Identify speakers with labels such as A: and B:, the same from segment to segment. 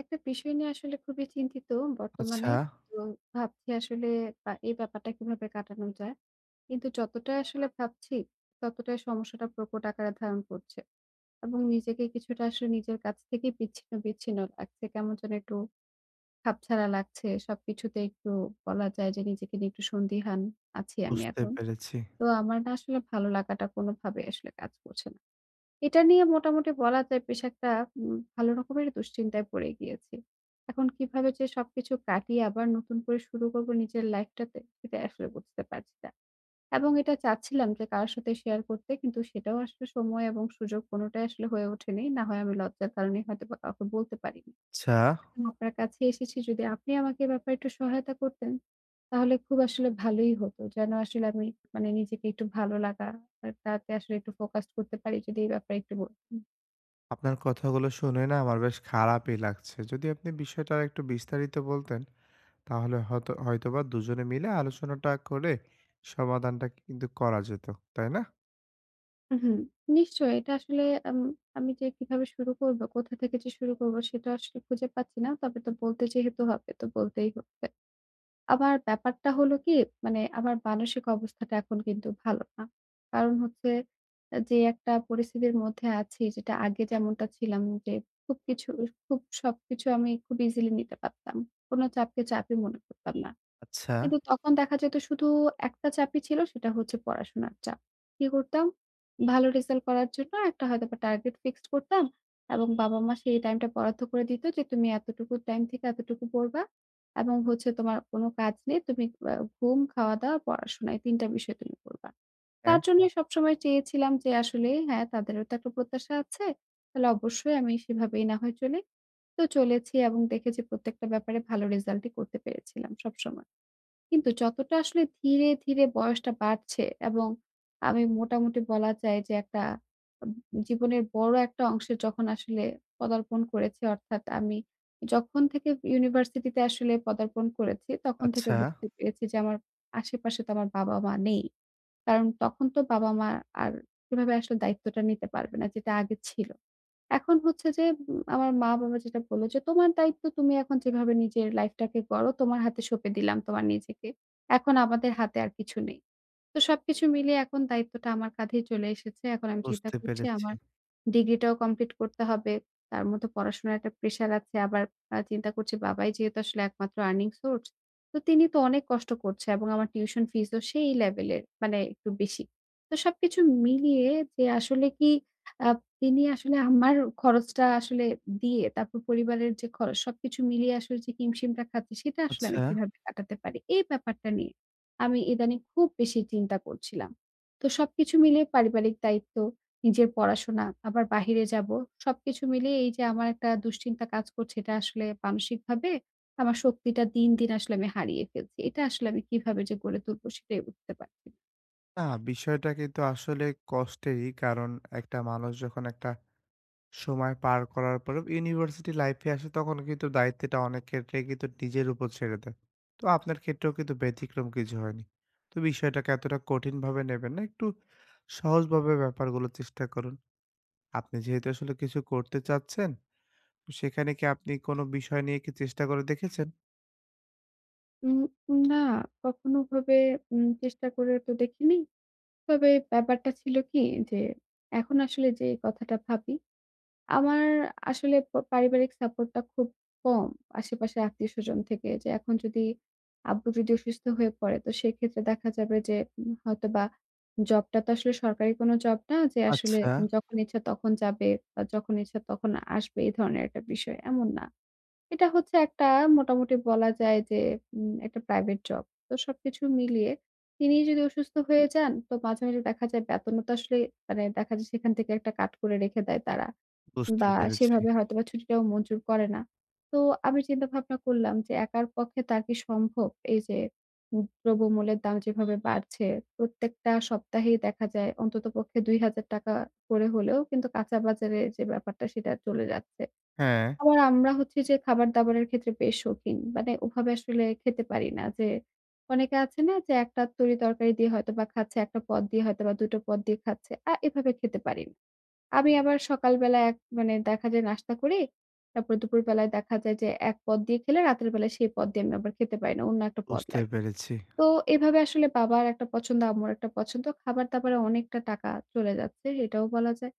A: একটা বিষয় নিয়ে আসলে খুবই চিন্তিত
B: আচ্ছা,
A: বর্তমানে। তো ভাবছি আসলে বা এই ব্যাপারটা কিভাবে কাটানো যায়। কিন্তু যতটা আসলে ভাবছি, ততটাই সমস্যাটা প্রকট আকারে ধারণ করছে। এবং নিজেকে কিছুটা আসলে নিজের কাছ থেকেই বিচ্ছিন্ন, বিচ্ছিন্ন লাগছে। কেমন যেন একটু খাপছাড়া লাগছে। সবকিছুতে একটু বলা যায় যে নিজেকে নিয়ে একটু সন্দিহান আছি আমি
B: বুঝতে
A: এখন।
B: পেরেছি।
A: তো আমার না আসলে ভালো লাগাটা কোনোভাবে আসলে কাজ করছে না। এটা নিয়ে মোটামুটি বলা যায় বেশ একটা ভালো রকমের দুশ্চিন্তায় পড়ে গিয়েছি। এখন কিভাবে যে সবকিছু কাটিয়ে আবার নতুন করে শুরু করব নিজের লাইফটাতে, সেটা আসলে বুঝতে পারছি না। এবং এটা চাচ্ছিলাম যে কারো সাথে শেয়ার করতে কিন্তু সেটাও আসলে সময় এবং সুযোগ কোনটাই আসলে হয়ে ওঠেনি। না হয় আমি লজ্জার কারণে হয়তোবা কাউকে বলতে পারিনি।
B: আচ্ছা,
A: এখন আপনার কাছে এসেছি যদি আপনি আমাকে এ ব্যাপারে একটু সহায়তা করতেন, তাহলে খুব আসলে ভালোই হতো। যেন আসলে আমি মানে নিজেকে একটু ভালো লাগা আর তাতে আসলে একটু ফোকাসড করতে পারি যদি এই ব্যাপারে একটু বলতেন।
B: আপনার কথাগুলো শুনে না আমার বেশ খারাপই লাগছে। যদি আপনি বিষয়টা আরেকটু বিস্তারিত বলতেন, তাহলে হয়তোবা দুজনে মিলে আলোচনাটা করে সমাধানটা কিন্তু করা যেত। তাই না?
A: হুম, নিশ্চয়ই। এটা আসলে আম আমি যে কিভাবে শুরু করব, কোথা থেকে যে শুরু করব সেটা আসলে খুঁজে পাচ্ছি না। তবে তো বলতে যেহেতু হবে তো বলতেই হবে। আমার ব্যাপারটা হলো কি মানে আমার মানসিক অবস্থাটা এখন কিন্তু ভালো না। কারণ হচ্ছে যে একটা পরিস্থিতির মধ্যে আছি যেটা আগে যেমনটা ছিলাম যে খুব কিছু খুব সবকিছু আমি খুব ইজিলি নিতে পারতাম। কোন চাপকে চাপই মনে করতাম না।
B: আচ্ছা,
A: কিন্তু তখন দেখা যেত শুধু একটা চাপই ছিল সেটা হচ্ছে পড়াশোনার চাপ। কি করতাম? ভালো রেজাল্ট করার জন্য একটা হয়তোবা টার্গেট ফিক্সড করতাম এবং বাবা-মা সেই টাইমটা বরাদ্দ করে দিত যে, "তুমি এতটুকু টাইম থেকে এতটুকু পড়বা এবং হচ্ছে তোমার কোনো কাজ নেই। তুমি আ ঘুম, খাওয়া-দাওয়া, পড়াশোনা এই ৩ টা বিষয় তুমি করবা।"
B: হ্যাঁ,
A: তার জন্যই সবসময় চেয়েছিলাম যে আসলে হ্যাঁ, তাদেরও তো একটা প্রত্যাশা আছে। তাহলে অবশ্যই আমি সেভাবেই না হয় চলি। তো চলেছি এবং দেখেছি প্রত্যেকটা ব্যাপারে ভালো রেজাল্টই করতে পেরেছিলাম সবসময়। কিন্তু যতটা আসলে ধীরে, ধীরে বয়সটা বাড়ছে এবং আমি মোটামুটি বলা যায় যে একটা আব জীবনের বড় একটা অংশে যখন আসলে পদার্পণ করেছি অর্থাৎ আমি যখন থেকে ইউনিভার্সিটিতে আসলে পদার্পণ করেছি, তখন থেকে
B: আচ্ছা,
A: বুঝতে পেরেছি যে আমার আশেপাশে তো আমার বাবা-মা নেই। কারণ তখন তো বাবা-মা আর সেভাবে আসলে দায়িত্বটা নিতে পারবে না যেটা আগে ছিল। এখন হচ্ছে যে আমার মা-বাবা যেটা বলল যে, "তোমার দায়িত্ব তুমি এখন যেভাবে নিজের লাইফটাকে গড়ো, তোমার হাতে সঁপে দিলাম তোমার নিজেকে। এখন আমাদের হাতে আর কিছু নেই।" তো সবকিছু মিলিয়ে এখন দায়িত্বটা আমার কাঁধেই চলে এসেছে। এখন আমি চিন্তা
B: বুঝতে
A: করছি
B: পেরেছি।
A: আমার ডিগ্রিটাও কমপ্লিট করতে হবে। তার মধ্যে পড়াশোনার একটা প্রেশার আছে। আবার চিন্তা করছি বাবাই যেহেতু আসলে একমাত্র আর্নিং সোর্স, তো তিনি তো অনেক কষ্ট করছে এবং আমার টিউশন ফিসও সেই লেভেলের মানে একটু বেশি। তো সবকিছু মিলিয়ে যে আসলে কি আ তিনি আসলে আমার খরচটা আসলে দিয়ে তারপর পরিবারের যে খরচ সবকিছু মিলিয়ে আসলে যে হিমশিমটা খাচ্ছি সেটা আসলে
B: আচ্ছা,
A: আমি কিভাবে কাটাতে পারি? এই ব্যাপারটা নিয়ে। আমি ইদানিং খুব বেশি চিন্তা করছিলাম। তো সবকিছু মিলিয়ে পারিবারিক দায়িত্ব, নিজের পড়াশোনা, আবার বাহিরে যাবো। সবকিছু মিলিয়ে এই যে আমার একটা দুশ্চিন্তা কাজ করছে, এটা আসলে মানসিকভাবে আমার শক্তিটা দিন, দিন আসলে আমি হারিয়ে ফেলছি। এটা আসলে আমি কিভাবে যে গড়ে তুলবো সেটাই বুঝতে পারছি না।
B: না, বিষয়টা কিন্তু আসলে কষ্টেরই। কারণ একটা মানুষ যখন একটা সময় পার করার পরেও ইউনিভার্সিটি লাইফে আসে, তখন কিন্তু দায়িত্বটা অনেক ক্ষেত্রে কিন্তু নিজের উপর ছেড়ে দেয়। তো আপনার ক্ষেত্রেও কিন্তু ব্যতিক্রম কিছু হয়নি। তো বিষয়টাকে এতটা কঠিনভাবে নেবেন না। একটু সহজভাবে ব্যাপারগুলো চেষ্টা করুন। আপনি যেহেতু আসলে কিছু করতে চাচ্ছেন, তো সেখানে কি আপনি কোনো বিষয় নিয়ে কি চেষ্টা করে দেখেছেন?
A: উম না, কখনো ভাবে চেষ্টা করে তো দেখিনি। তবে ব্যাপারটা ছিল কি যে, এখন আসলে যে কথাটা ভাবি আমার আসলে পারিবারিক সাপোর্টটা খুব কম। আশেপাশের আত্মীয়স্বজন থেকে যে এখন যদি আব্বু যদি অসুস্থ হয়ে পড়ে তো সেক্ষেত্রে দেখা যাবে যে হয়তোবা জবটা তো আসলে সরকারি কোনো জব না যে আসলে
B: আচ্ছা,
A: যখন ইচ্ছা তখন যাবে বা যখন ইচ্ছা তখন আসবে এই ধরনের একটা বিষয়, এমন না। এটা হচ্ছে একটা মোটামুটি বলা যায় যে একটা প্রাইভেট জব। তো সবকিছু মিলিয়ে তিনি যদি অসুস্থ হয়ে যান তো মাঝে, মাঝে দেখা যায় বেতনও তো আসলে মানে দেখা যায় সেখান থেকে একটা কাট করে রেখে দেয় তারা।
B: বুঝতে
A: বা
B: পেরেছি।
A: সেভাবে হয়তোবা ছুটিটাও মঞ্জুর করে না। তো আমি চিন্তা ভাবনা করলাম যে একার পক্ষে তার কি সম্ভব? এই যে দ্রব্যমূল্যের দাম যেভাবে বাড়ছে, প্রত্যেকটা সপ্তাহেই দেখা যায় অন্ততপক্ষে ৳২,০০০ করে হলেও কিন্তু কাঁচা বাজারে যে ব্যাপারটা সেটা চলে যাচ্ছে।
B: হ্যাঁ।
A: আবার আমরা হচ্ছি যে খাবার-দাবারের ক্ষেত্রে বেশ শৌখিন। মানে ওভাবে আসলে খেতে পারি না যে অনেকে আছে না যে একটা তরি তরকারি দিয়ে হয়তোবা খাচ্ছে, একটা পদ দিয়ে হয়তোবা ২ টো পদ দিয়ে খাচ্ছে। এভাবে খেতে পারি না। আমি আবার সকালবেলা এক মানে দেখা যায় নাস্তা করি। তারপর দুপুরবেলায় দেখা যায় যে এক পদ দিয়ে খেলে রাতের বেলায় সেই পদ দিয়ে আমি আবার খেতে পারি না। অন্য একটা পদ
B: বুঝতে
A: লাগে।
B: পেরেছি।
A: তো এভাবে আসলে বাবার একটা পছন্দ, আম্মুর একটা পছন্দ। খাবার-দাবারে অনেকটা টাকা চলে যাচ্ছে এটাও বলা যায়।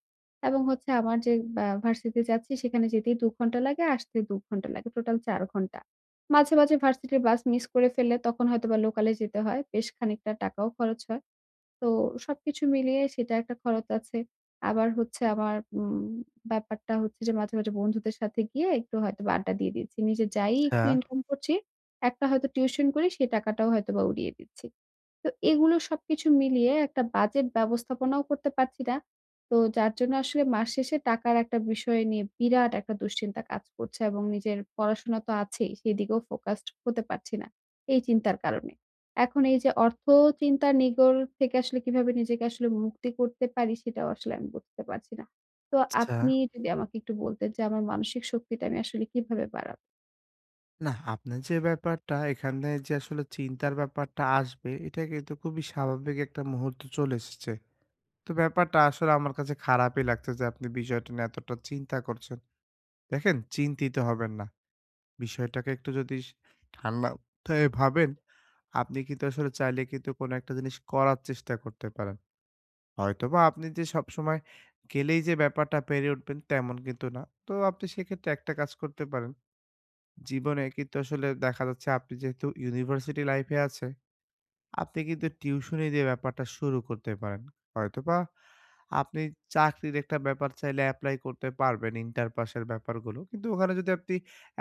A: এবং হচ্ছে আমার যে বা ভার্সিটি যাচ্ছি সেখানে যেতেই ২ ঘন্টা লাগে, আসতে ২ ঘন্টা লাগে। টোটাল ৪ ঘন্টা। মাঝে, মাঝে ভার্সিটির বাস মিস করে ফেললে তখন হয়তোবা লোকালে যেতে হয়। বেশ খানিকটা টাকাও খরচ হয়। তো সবকিছু মিলিয়ে সেটা একটা খরচ আছে। আবার হচ্ছে আমার ব্যাপারটা হচ্ছে যে মাঝে, মাঝে বন্ধুদের সাথে গিয়ে একটু হয়তোবা আড্ডা দিয়ে দিচ্ছি। নিজে যাই
B: আচ্ছা,
A: একটু ইনকাম করছি, একটা হয়তো টিউশন করি সেই টাকাটাও হয়তোবা উড়িয়ে দিচ্ছি। তো এগুলো সবকিছু মিলিয়ে একটা বাজেট ব্যবস্থাপনাও করতে পারছি না। তো যার জন্য আসলে মাস শেষে টাকার একটা বিষয় নিয়ে বিরাট একটা দুশ্চিন্তা কাজ করছে এবং নিজের পড়াশোনা তো আছেই, সেদিকেও ফোকাসড হতে পারছি না এই চিন্তার কারণে। এখন এই যে অর্থ চিন্তার নিগড় থেকে আসলে কিভাবে নিজেকে আসলে মুক্তি করতে পারি সেটাও আসলে আমি বুঝতে পারছি না। তো
B: আচ্ছা।
A: আপনি যদি আমাকে একটু বলতেন যে আমার মানসিক শক্তিটা আমি আসলে কিভাবে বাড়াবো?
B: না, আপনার যে ব্যাপারটা এখানে যে আসলে চিন্তার ব্যাপারটা আসবে, এটা কিন্তু খুবই স্বাভাবিক একটা মুহূর্ত চলে এসেছে। তো ব্যাপারটা আসলে আমার কাছে খারাপই লাগছে যে আপনি বিষয়টা নিয়ে এতটা চিন্তা করছেন। দেখেন চিন্তিত হবেন না। বিষয়টাকে একটু যদি ঠান্ডা মাথায় ভাবেন, আপনি কিন্তু আসলে চাইলে কিন্তু কোনো একটা জিনিস করার চেষ্টা করতে পারেন। হয়তোবা আপনি যে সবসময় গেলেই যে ব্যাপারটা পেরে উঠবেন তেমন কিন্তু না। তো আপনি সেক্ষেত্রে একটা কাজ করতে পারেন। জীবনে কিন্তু আসলে দেখা যাচ্ছে আপনি যেহেতু ইউনিভার্সিটি লাইফে আছেন, আপনি কিন্তু টিউশনি দিয়ে ব্যাপারটা শুরু করতে পারেন। হয়তোবা আপনি চাকরির একটা ব্যাপার চাইলে এপ্লাই করতে পারবেন, ইন্টার পাসের ব্যাপারগুলো। কিন্তু ওখানে যদি আপনি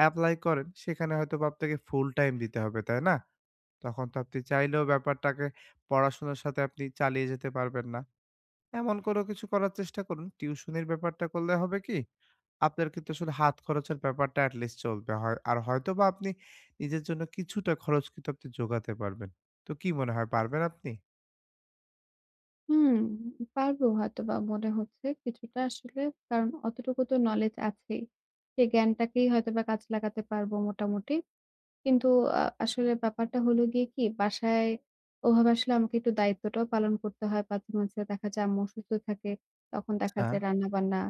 B: এপ্লাই করেন, সেখানে হয়তোবা আপনাকে ফুল টাইম দিতে হবে, তাই না? তখন তো আপনি চাইলেও ব্যাপারটাকে পড়াশোনার সাথে আপনি চালিয়ে যেতে পারবেন না। এমন কোনো কিছু করার চেষ্টা করুন। টিউশনির ব্যাপারটা করলে হবে কি, আপনার কিন্তু আসলে হাত খরচের ব্যাপারটা at least চলবে। হয় আর হয়তোবা আপনি নিজের জন্য কিছুটা খরচ কিন্তু আপনি যোগাতে পারবেন। তো কি মনে হয় পারবেন আপনি?
A: হুম, পারবো হয়তোবা মনে হচ্ছে কিছুটা আসলে। কারণ অতটুকু তো নলেজ আছেই। সেই জ্ঞানটাকেই হয়তোবা কাজে লাগাতে পারবো মোটামুটি। কিন্তু আসলে ব্যাপারটা হলো গিয়ে কি বাসায় ওভাবে আসলে আমাকে একটু দায়িত্বটাও পালন করতে হয়। মাঝে, মাঝে দেখা যায় আম্মু অসুস্থ থাকে। তখন দেখা
B: আচ্ছা,
A: যায় রান্না-বান্না,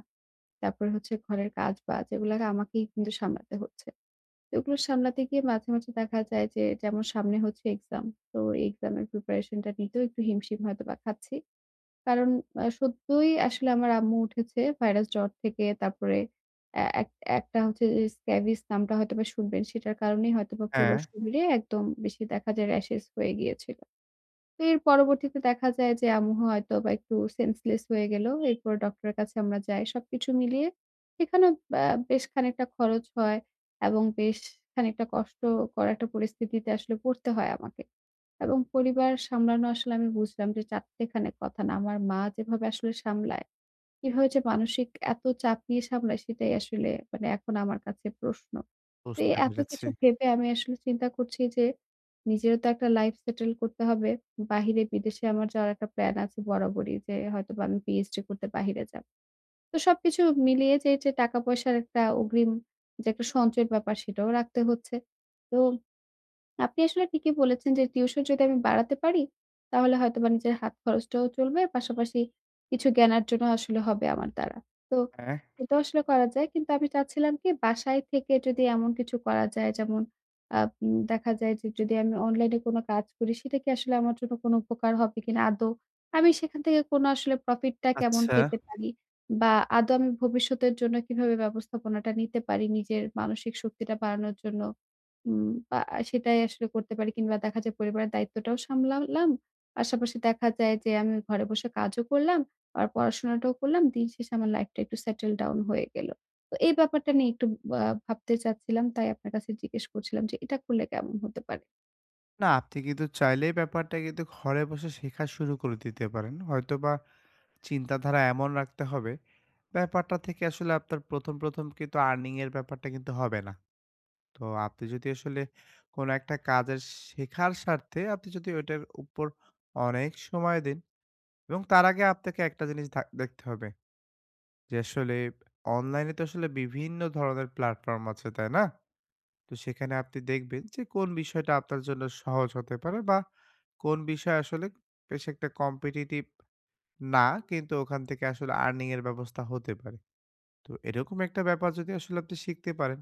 A: তারপরে হচ্ছে ঘরের কাজ-বাজ এগুলা আমাকেই কিন্তু সামলাতে হচ্ছে। এগুলো সামলাতে গিয়ে মাঝে, মাঝে দেখা যায় যে যেমন সামনে হচ্ছে এক্সাম। তো এক্সামের প্রিপারেশনটা নিতেও একটু হিমশিম হয়তোবা খাচ্ছি। কারণ সদ্যই আসলে আমার আম্মু উঠেছে ভাইরাস জ্বর থেকে। তারপরে অ্যা এক একটা হচ্ছে যে স্ক্যাবিস নামটা হয়তোবা শুনবেন, সেটার কারণেই হয়তোবা পুরো
B: হ্যাঁ।
A: শরীরে একদম বেশি দেখা যায় র‍্যাশেস হয়ে গিয়েছিল। তো এর পরবর্তীতে দেখা যায় যে আম্মু হয়তোবা একটু সেন্সলেস হয়ে গেল। এরপর ডক্টরের কাছে আমরা যাই। সবকিছু মিলিয়ে সেখানেও বেশ খানিকটা খরচ হয় এবং বেশ খানিকটা কষ্টকর একটা পরিস্থিতিতে আসলে পড়তে হয় আমাকে। এবং পরিবার সামলানো আসলে আমি বুঝলাম যে চারটেখানি কথা না। আমার মা যেভাবে আসলে সামলায়, কিভাবে যে মানসিক এত চাপ নিয়ে সামলায় সেটাই আসলে মানে এখন আমার কাছে প্রশ্ন। তো এই
B: বুঝতে
A: এত
B: পেরেছি।
A: কিছু ভেবে আমি আসলে চিন্তা করছি যে নিজেরও তো একটা লাইফ সেটেল করতে হবে। বাহিরে বিদেশে আমার যাওয়ার একটা প্ল্যান আছে বরাবরই যে হয়তোবা আমি পিএইচডি করতে বাহিরে যাব। তো সবকিছু মিলিয়ে যে টাকা পয়সার একটা অগ্রিম যে একটা সঞ্চয়ের ব্যাপার সেটাও রাখতে হচ্ছে। তো আপনি আসলে ঠিকই বলেছেন যে টিউশন যদি আমি বাড়াতে পারি, তাহলে হয়তোবা নিজের হাত খরচটাও চলবে। পাশাপাশি কিছু জ্ঞান অর্জনও আসলে হবে আমার দ্বারা। তো
B: হ্যাঁ।
A: এটাও আসলে করা যায়। কিন্তু আমি চাচ্ছিলাম কি বাসায় থেকে যদি এমন কিছু করা যায় যেমন আ দেখা যায় যে যদি আমি অনলাইনে কোনো কাজ করি সেটা কি আসলে আমার জন্য কোনো উপকার হবে কিনা আদৌ? আমি সেখান থেকে কোনো আসলে প্রফিটটা কেমন
B: আচ্ছা।
A: পেতে পারি? বা আদৌ আমি ভবিষ্যতের জন্য কিভাবে ব্যবস্থাপনাটা নিতে পারি নিজের মানসিক শক্তিটা বাড়ানোর জন্য? উম আ সেটাই আসলে করতে পারি কিংবা দেখা যায় পরিবারের দায়িত্বটাও সামলালাম। পাশাপাশি দেখা যায় যে আমি ঘরে বসে কাজও করলাম, আর পড়াশোনাটাও করলাম। দিন শেষে আমার লাইফটা একটু সেটেল ডাউন হয়ে গেল। তো এই ব্যাপারটা নিয়ে একটু আ ভাবতে চাচ্ছিলাম। তাই আপনার কাছে জিজ্ঞেস করছিলাম যে এটা করলে কেমন হতে পারে?
B: না, আপনি কিন্তু চাইলেই ব্যাপারটা কিন্তু ঘরে বসে শেখা শুরু করে দিতে পারেন। হয়তোবা চিন্তাধারা এমন রাখতে হবে, ব্যাপারটা থেকে আসলে আপনার ১ম কিন্তু earning এর ব্যাপারটা কিন্তু হবে না। তো আপনি যদি আসলে কোনো একটা কাজের শেখার স্বার্থে আপনি যদি ওইটার উপর অনেক সময় দিন, এবং তার আগে আপনাকে একটা জিনিস দেখতে হবে যে আসলে অনলাইনে তো আসলে বিভিন্ন ধরনের প্ল্যাটফর্ম আছে, তাই না? তো সেখানে আপনি দেখবেন যে কোন বিষয়টা আপনার জন্য সহজ হতে পারে বা কোন বিষয় আসলে বেশ একটা কম্পিটিটিভ না, কিন্তু ওখান থেকে আসলে আর্নিং এর ব্যবস্থা হতে পারে। তো এরকম একটা ব্যাপার যদি আসলে আপনি শিখতে পারেন,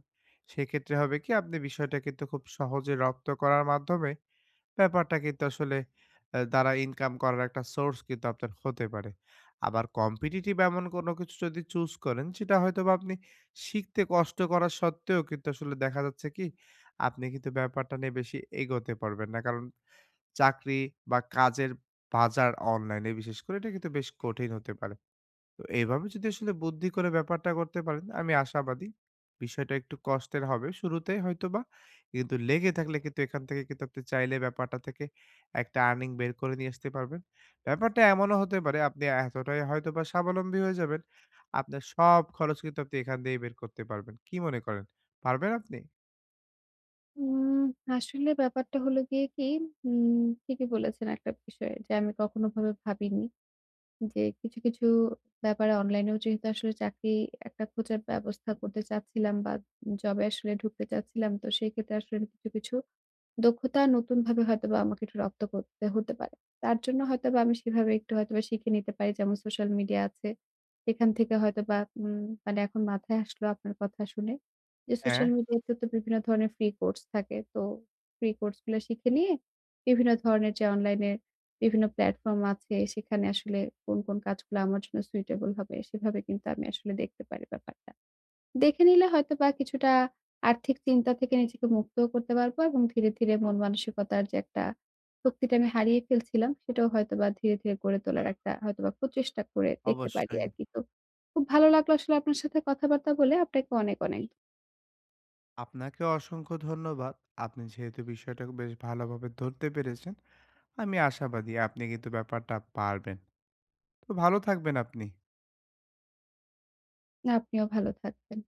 B: সেক্ষেত্রে হবে কি আপনি বিষয়টা কিন্তু খুব সহজে রপ্ত করার মাধ্যমে ব্যাপারটা কিন্তু আসলে দ্বারা ইনকাম করার একটা সোর্স কিন্তু আপনার হতে পারে। আবার কম্পিটিটিভ এমন কোনো কিছু যদি চুজ করেন, সেটা হয়তোবা আপনি শিখতে কষ্ট করা সত্ত্বেও কিন্তু আসলে দেখা যাচ্ছে কি আপনি কিন্তু ব্যাপারটা নিয়ে বেশি এগোতে পারবেন না। কারণ চাকরি বা কাজের বাজার অনলাইনে বিশেষ করে এটা কিন্তু বেশ কঠিন হতে পারে। তো এইভাবে যদি আসলে বুদ্ধি করে ব্যাপারটা করতে পারেন, আমি আশাবাদী বিষয়টা একটু কষ্টের হবে শুরুতে হয়তোবা, কিন্তু লেগে থাকলে কিন্তু এখান থেকে কিন্তু আপনি চাইলে ব্যাপারটা থেকে একটা আর্নিং বের করে নিয়ে আসতে পারবেন। ব্যাপারটা এমনও হতে পারে আপনি এতটাই হয়তোবা স্বাবলম্বী হয়ে যাবেন, আপনার সব খরচ কিন্তু আপনি এখান দিয়েই বের করতে পারবেন। কি মনে করেন, পারবেন আপনি?
A: উম আসলে ব্যাপারটা হলো গিয়ে কি, ঠিকই বলেছেন একটা বিষয় যে আমি কখনো ওভাবে ভাবিনি। যে কিছু, কিছু ব্যাপারে অনলাইনেও যেহেতু আসলে চাকরি একটা খোঁজার ব্যবস্থা করতে চাচ্ছিলাম বা জবে আসলে ঢুকতে চাচ্ছিলাম। তো সেক্ষেত্রে আসলে কিছু, কিছু দক্ষতা নতুনভাবে হয়তোবা আমাকে একটু রপ্ত করতে হতে পারে। তার জন্য হয়তোবা আমি সেভাবে একটু হয়তোবা শিখে নিতে পারি। যেমন সোশ্যাল মিডিয়া আছে। সেখান থেকে হয়তোবা মানে এখন মাথায় আসলো আপনার কথা শুনে। যে
B: হ্যাঁ,
A: সোশ্যাল মিডিয়াতে তো বিভিন্ন ধরনের ফ্রি কোর্স থাকে। তো ফ্রি কোর্স গুলো শিখে নিয়ে বিভিন্ন ধরনের যে অনলাইনে বিভিন্ন প্ল্যাটফর্ম আছে সেখানে আসলে কোন, কোন কাজগুলো আমার জন্য সুইটেবল হবে সেভাবে কিন্তু আমি আসলে দেখতে পারি ব্যাপারটা। দেখে নিলে হয়তোবা কিছুটা আর্থিক চিন্তা থেকে নিজেকে মুক্তও করতে পারবো এবং ধীরে, ধীরে মন মানসিকতার যে একটা শক্তিটা আমি হারিয়ে ফেলছিলাম, সেটাও হয়তোবা ধীরে, ধীরে গড়ে তোলার একটা হয়তোবা প্রচেষ্টা করে দেখতে পারি
B: অবশ্যই।
A: আরকি। তো খুব ভালো লাগলো আসলে আপনার সাথে কথাবার্তা বলে। আপনাকে অনেক, অনেক
B: আপনাকে অসংখ্য ধন্যবাদ। আপনি যেহেতু বিষয়টা বেশ ভালোভাবে ধরতে পেরেছেন, আমি আশাবাদী আপনি কিন্তু ব্যাপারটা পারবেন। তো ভালো থাকবেন আপনি।
A: আপনিও ভালো থাকবেন।